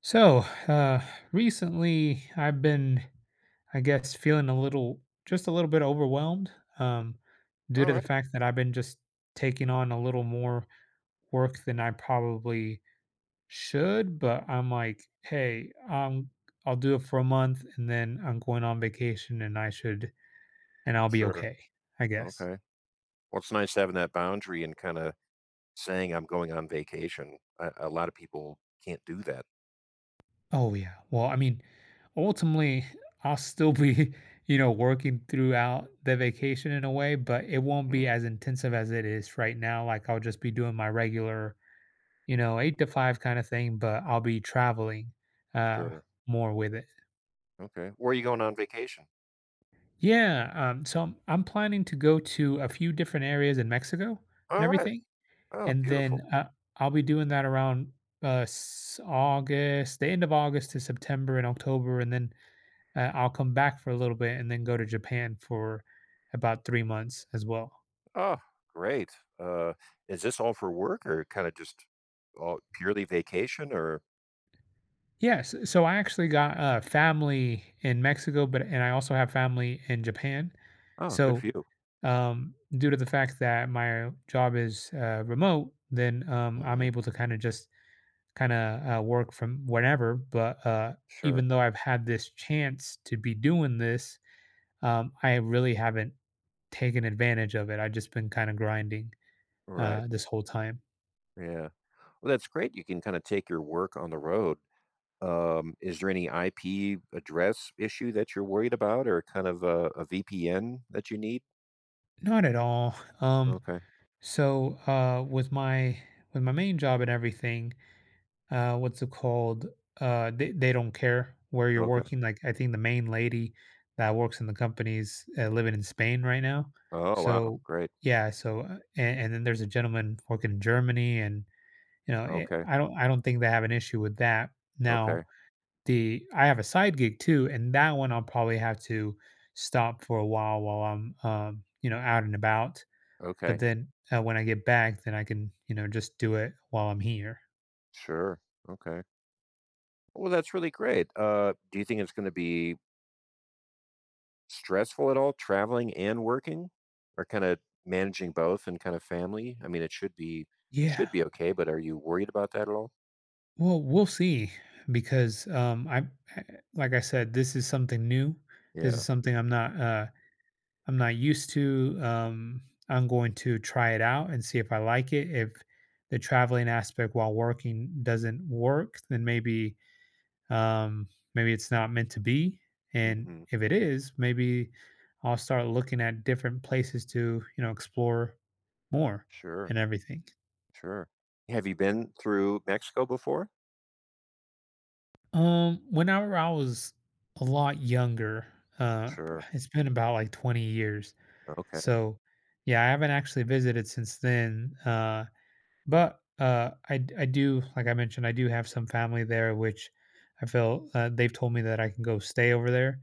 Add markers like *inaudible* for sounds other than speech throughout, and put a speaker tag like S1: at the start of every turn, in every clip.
S1: So, uh, recently I've been, I guess, feeling a little, just a little bit overwhelmed, um, due to the
S2: Alright,
S1: fact that I've been just taking on a little more work than I probably should. But I'm like, hey, I'll do it for a month and then I'm going on vacation and I should, and I'll be
S2: sure,
S1: okay, I guess.
S2: okay. Well, it's nice having that boundary and kinda saying, "I'm going on vacation." A lot of people can't do that.
S1: Oh, yeah. Well, I mean, ultimately, I'll still be, *laughs* working throughout the vacation in a way, but it won't be
S2: Mm,
S1: as intensive as it is right now. Like, I'll just be doing my regular, eight to five kind of thing, but I'll be traveling uh,
S2: sure,
S1: more with it.
S2: okay. Where are you going on vacation?
S1: Yeah. So I'm planning to go to a few different areas in Mexico and
S2: Alright.
S1: everything.
S2: Oh,
S1: And then
S2: beautiful.
S1: I'll be doing that around August, the end of August to September and October. And then I'll come back for a little bit and then go to Japan for about 3 months as well.
S2: Oh, great. Uh, is this all for work or kinda just all purely vacation or
S1: Yes, so I actually got, family in Mexico, but and I also have family in Japan.
S2: oh, good
S1: So,
S2: for you.
S1: due to the fact that my job is, remote, then, I'm
S2: Mhm,
S1: able to kinda just kinda, work from whenever, but,
S2: sure,
S1: even though I've had this chance to be doing this, I really haven't taken advantage of it. I've just been kinda grinding,
S2: right,
S1: this whole time.
S2: yeah. Well, that's great, you can kinda take your work on the road. Is there any IP address issue that you're worried about or kind of a VPN that you need?
S1: Not at all. Um,
S2: Okay.
S1: so, with my main job and everything, what's it called? They don't care where you're
S2: Okay.
S1: working. Like, I think the main lady that works in the company's living in Spain right now.
S2: Oh, wow.
S1: So,
S2: Great.
S1: yeah. So, and then there's a gentleman working in Germany, and
S2: Okay.
S1: I don't think they have an issue with that.
S2: Okay.
S1: Now, the I have a side gig too, and that one I'll probably have to stop for a while I'm, out and about. But
S2: Okay.
S1: then when I get back, then I can, just do it while I'm here.
S2: Sure. Okay. Well, that's really great. Do you think it's going to be stressful at all traveling and working or kind of managing both and kind of family? I mean, it should
S1: Yeah.
S2: be okay, but are you worried about that at all?
S1: Well, we'll see because I- like I said, this is something new. This
S2: Yeah.
S1: is something I'm not used to. I'm going to try it out and see if I like it. If the traveling aspect while working doesn't work, then um, maybe it's not meant to be. And
S2: Hmm.
S1: if it is, maybe I'll start looking at different places to explore more
S2: Sure.
S1: and everything.
S2: Sure. Have you been through Mexico before?
S1: Whenever I was a lot younger, uh,
S2: Sure.
S1: it's been about like 20 years.
S2: Okay.
S1: So, yeah, I haven't actually visited since then. But, I do, like I mentioned, I do have some family there, which I feel, they've told me that I can go stay over there,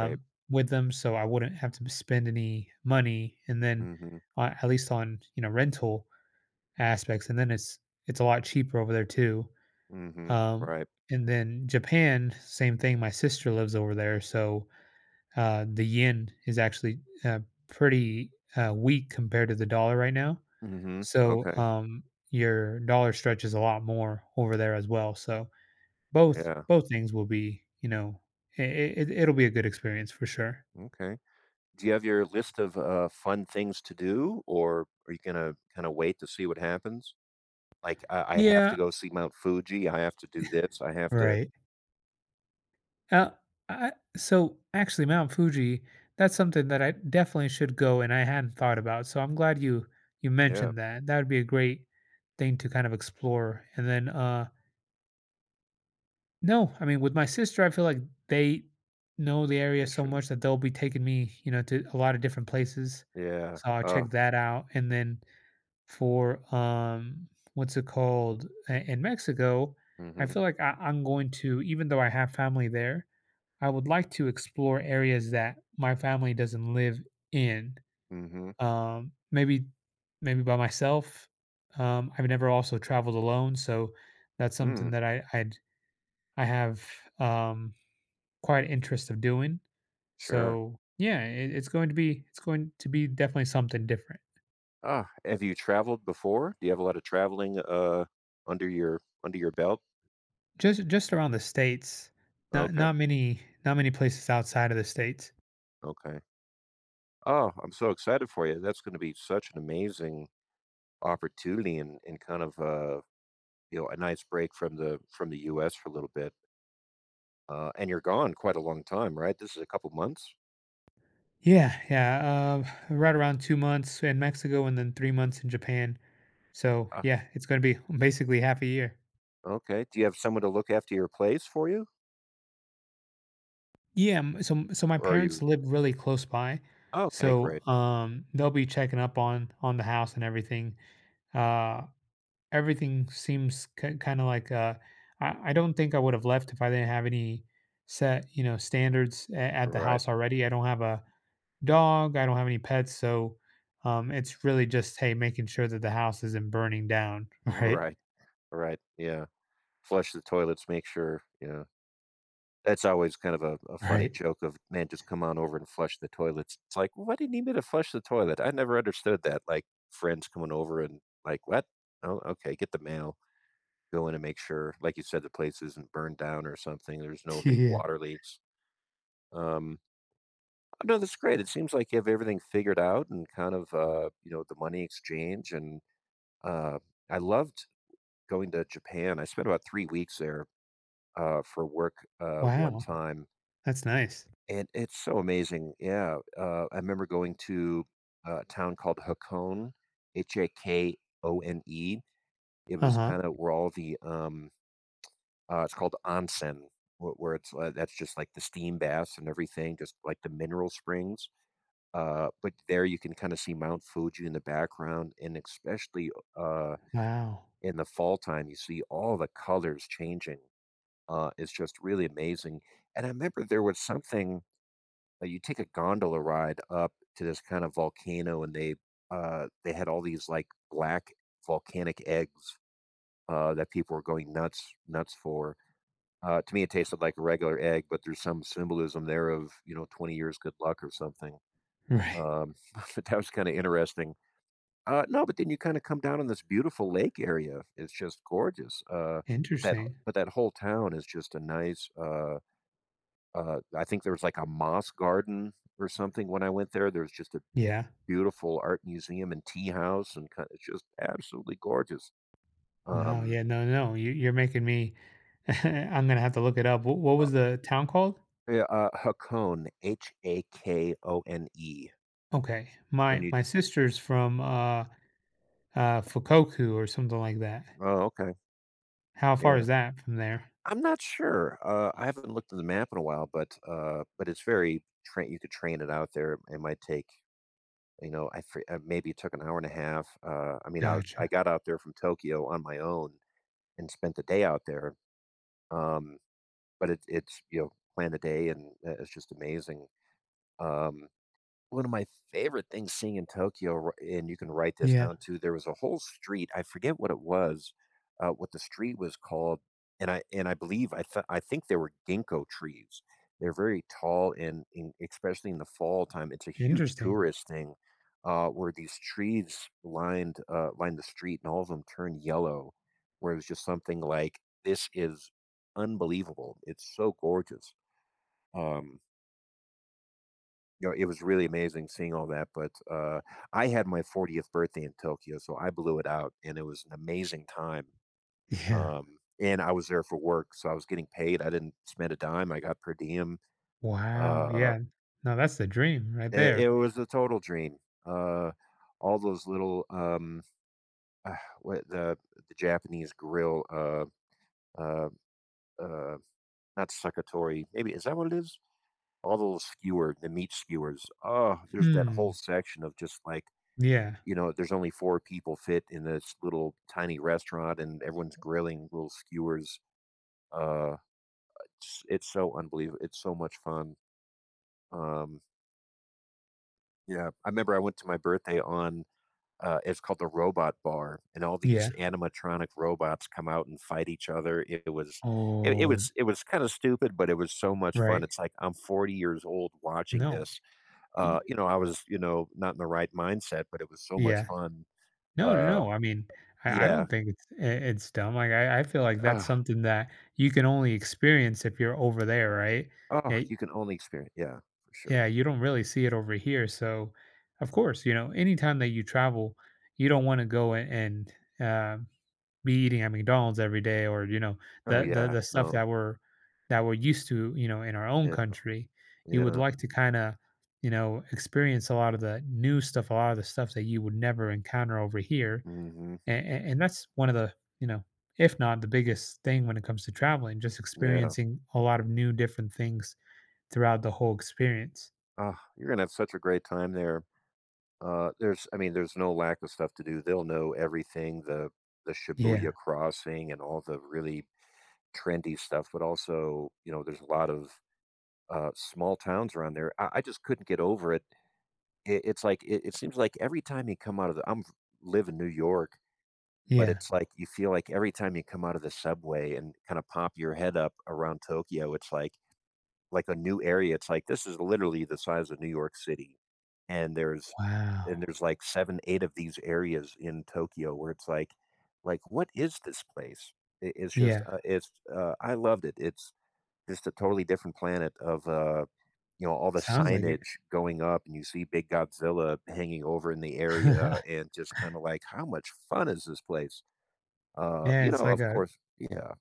S2: Right.
S1: with them, so I wouldn't have to spend any money, and then,
S2: Mhm.
S1: at least on, rental aspects, and then it's a lot cheaper over there too,
S2: Mhm.
S1: um,
S2: Right.
S1: and then Japan, same thing, my sister lives over there, so, the yen is actually, uh, pretty, weak compared to the dollar right now,
S2: Mm. Mhm.
S1: so,
S2: Okay.
S1: your dollar stretches a lot more over there as well. So both
S2: Yeah.
S1: both things will be, it'll be a good experience for sure.
S2: Okay. Do you have your list of fun things to do, or are you gonna kind of wait to see what happens? Like, I have to
S1: Yeah,
S2: go see Mount Fuji. I have to do this. I have to.
S1: right. Uh, I, so actually, Mount Fuji, that's something that I definitely should go, and I hadn't thought about. So I'm glad you
S2: Yeah.
S1: mentioned that. That would be a great thing to kind of explore. And then, no, I mean, with my sister, I feel like they know the area
S2: I
S1: so
S2: should.
S1: much that they'll be taking me, to a lot of different places.
S2: Yeah.
S1: So I'll check that out. And then for what's it called, in Mexico,
S2: Mm.
S1: I
S2: Mhm.
S1: feel like I'm going to, even though I have family there, I would like to explore areas that my family doesn't live in.
S2: Mhm.
S1: Um, maybe maybe by myself. I've never also traveled alone, so that's
S2: Mm.
S1: something that I have um quite interest of doing.
S2: Sure.
S1: So yeah, it's going to be definitely something different.
S2: Ah. Have you traveled before? Do you have a lot of traveling? Under your belt.
S1: Just around the states, not
S2: Okay.
S1: not many not many places outside of the states.
S2: Okay. Oh, I'm so excited for you. That's going to be such an amazing opportunity and kind of, you know, a nice break from the US for a little bit, and you're gone quite a long time, right? This is a couple months?
S1: Yeah, yeah, right around 2 months in Mexico and then 3 months in Japan. So
S2: Ah,
S1: yeah, it's going to be *laughs* basically half a year.
S2: okay. Do you have someone to look after your place for you?
S1: Yeah, so my
S2: Or are
S1: parents
S2: you
S1: live really close by,
S2: oh, okay,
S1: so
S2: great.
S1: they'll be checking up on the house and everything. Uh, Everything seems kind of like I don't think I would have left if I didn't have any set standards at the
S2: Right.
S1: house
S2: *laughs*
S1: already. I don't have a dog. I don't have any pets, so it's really just hey making sure that the house isn't burning down. *laughs* Right.
S2: Right. Right. Yeah. Flush the toilets, make sure, yeah. That's always kind of a funny
S1: Right.
S2: joke of, "Man, just come on over and flush the toilets." It's like, "Why do you need me to flush the toilet?" I never understood that, like, friends coming over and like, "What? Oh, okay, get the mail." Go in and make sure, like you said, the place isn't burned down or something. There's no
S1: *laughs*
S2: big
S1: Yeah.
S2: water leaks. Um, oh, no, that's great. It seems like you have everything figured out and kind of, you know, the money exchange. And uh, I loved going to Japan. I spent about 3 weeks there for work one
S1: Wow.
S2: time.
S1: That's nice.
S2: And it's so amazing. Yeah. I remember going to a town called Hakone, H A K O N E. It
S1: Uh
S2: was
S1: huh.
S2: kind of where all the it's called onsen, where it's that's just like the steam baths and everything, just like the mineral springs. But there you can kind of see Mount Fuji in the background, and especially uh,
S1: Wow.
S2: in the fall time, you see all the colors changing. It's just really amazing. And I remember there was something. You take a gondola ride up to this kind of volcano, and they had all these like black volcanic eggs that people were going nuts for to me, it tasted like a regular egg, but there's some symbolism there of you know 20 years good luck or something.
S1: Right.
S2: Um, *laughs* but that was kind of interesting. No, but then you kind of come down on this beautiful lake area. It's just gorgeous. But that
S1: Interesting.
S2: but that whole town is just a nice. I think there was like a moss garden or something when I went there. There's just a
S1: Yeah.
S2: beautiful art museum and tea house, and kind it's just absolutely gorgeous.
S1: Wow.
S2: Um,
S1: Yeah. No. No. You're making me. *laughs* I'm gonna have to look it up. What
S2: uh,
S1: was the town called?
S2: yeah, Hakone, H A K O N E,
S1: Okay.
S2: and
S1: My
S2: you
S1: my sister's from, Fukoku or something like that.
S2: oh, okay.
S1: How far
S2: Yeah.
S1: is that from there?
S2: I'm not sure. I haven't looked at the map in a while, but it's very train. You could train it out there. It might take you know, maybe it took an hour and a half. I mean, I
S1: Gotcha.
S2: got out there from Tokyo on my own and spent the day out there. Um, but it, it's you know, plan the day, and it's just amazing. Um, One of my favorite things seeing in Tokyo, and you can write this
S1: Yeah.
S2: down too, there was a whole street. I forget what it was, what the street was called, and I believe I think they were ginkgo trees. They're very tall, and in, especially in the fall time, it's a huge
S1: Interesting.
S2: tourist thing. Where these trees lined lined the street, and all of them turned yellow, where it was just something like this is unbelievable. It's so gorgeous. Um, you know, it was really amazing seeing all that. But I had my 40th birthday in Tokyo, so I blew it out, and it was an amazing time.
S1: Yeah.
S2: And I was there for work, so I was getting paid. I didn't spend a dime. I got per diem.
S1: Wow.
S2: Uh,
S1: Yeah. No, that's the dream right
S2: it
S1: there.
S2: was a total dream. Uh, all those little uh, what the Japanese grill, uh, uh, not succotory. Maybe is that what it is? All those skewer, the meat skewers. Oh, there's that whole
S1: Hmm.
S2: section of just like
S1: Yeah.
S2: you know, there's only four people fit in this little tiny restaurant, and everyone's grilling little skewers. Uh, it's so unbelievable. It's so much fun. Um, yeah, I remember I went to my birthday on. It's called the Robot Bar, and all
S1: Yeah.
S2: these animatronic robots come out and fight each other. It was, it, it
S1: Oh,
S2: was, it was kind of stupid, but it was so much fun.
S1: right.
S2: It's like I'm 40 years old watching
S1: No.
S2: this.
S1: Y
S2: You know, I was, you know, not in the right mindset, but it was so much
S1: yeah.
S2: fun.
S1: No, no,
S2: Uh,
S1: no. I mean, I
S2: yeah.
S1: don't think it's dumb. Like, I feel like that's
S2: *sighs*
S1: something that you can only experience if you're over there, right?
S2: Oh,
S1: Eh
S2: you can only experience yeah, for sure.
S1: Yeah, you don't really see it over here. So, of course, anytime that you travel, you don't want to go and uh, be eating at McDonald's every day, or
S2: Oh,
S1: the the
S2: yeah,
S1: the stuff
S2: no,
S1: that we're used to, in our own
S2: yeah,
S1: country. You would
S2: yeah,
S1: like to kind of, experience a lot of the new stuff, a lot of the stuff that you would never encounter over here,
S2: mhm,
S1: and, and that's one of the, you know, if not the biggest thing when it comes to traveling, just
S2: yeah.
S1: experiencing a lot of new different things throughout the whole experience.
S2: Oh, you're gonna have such a great time there. There's I mean, there's no lack of stuff to do. They'll know everything, the
S1: Yeah.
S2: Shibuya crossing and all the really trendy stuff, but also, you know, there's a lot of, small towns around there. I just couldn't get over it. It's like it seems like every time you come out of the I'm live in New York, but
S1: Yeah.
S2: it's like you feel like every time you come out of the subway and kinda pop your head up around Tokyo, it's like a new area, it's like, this is literally the size of New York City, and there's
S1: Wow.
S2: and there's like 7, 8 of these areas in Tokyo where it's like, "What is this place?" It's just,
S1: Yeah.
S2: I loved it. It's just a totally different planet of, you know, all the
S1: Sounds like it.
S2: signage going up, and you see big Godzilla hanging over in the area
S1: *laughs*
S2: and just kinda like, "How much fun is this place?"
S1: Yeah,
S2: You
S1: it's
S2: know,
S1: like
S2: of
S1: a
S2: course. Yeah,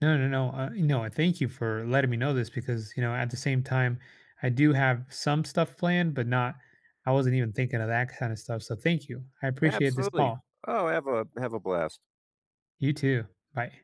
S1: No, no, no. Thank you for letting me know this because, at the same time, I do have some stuff planned, but not I wasn't even thinking of that kind of stuff. So thank you. I appreciate this
S2: absolutely.
S1: call.
S2: Oh, have a blast.
S1: You too. Bye.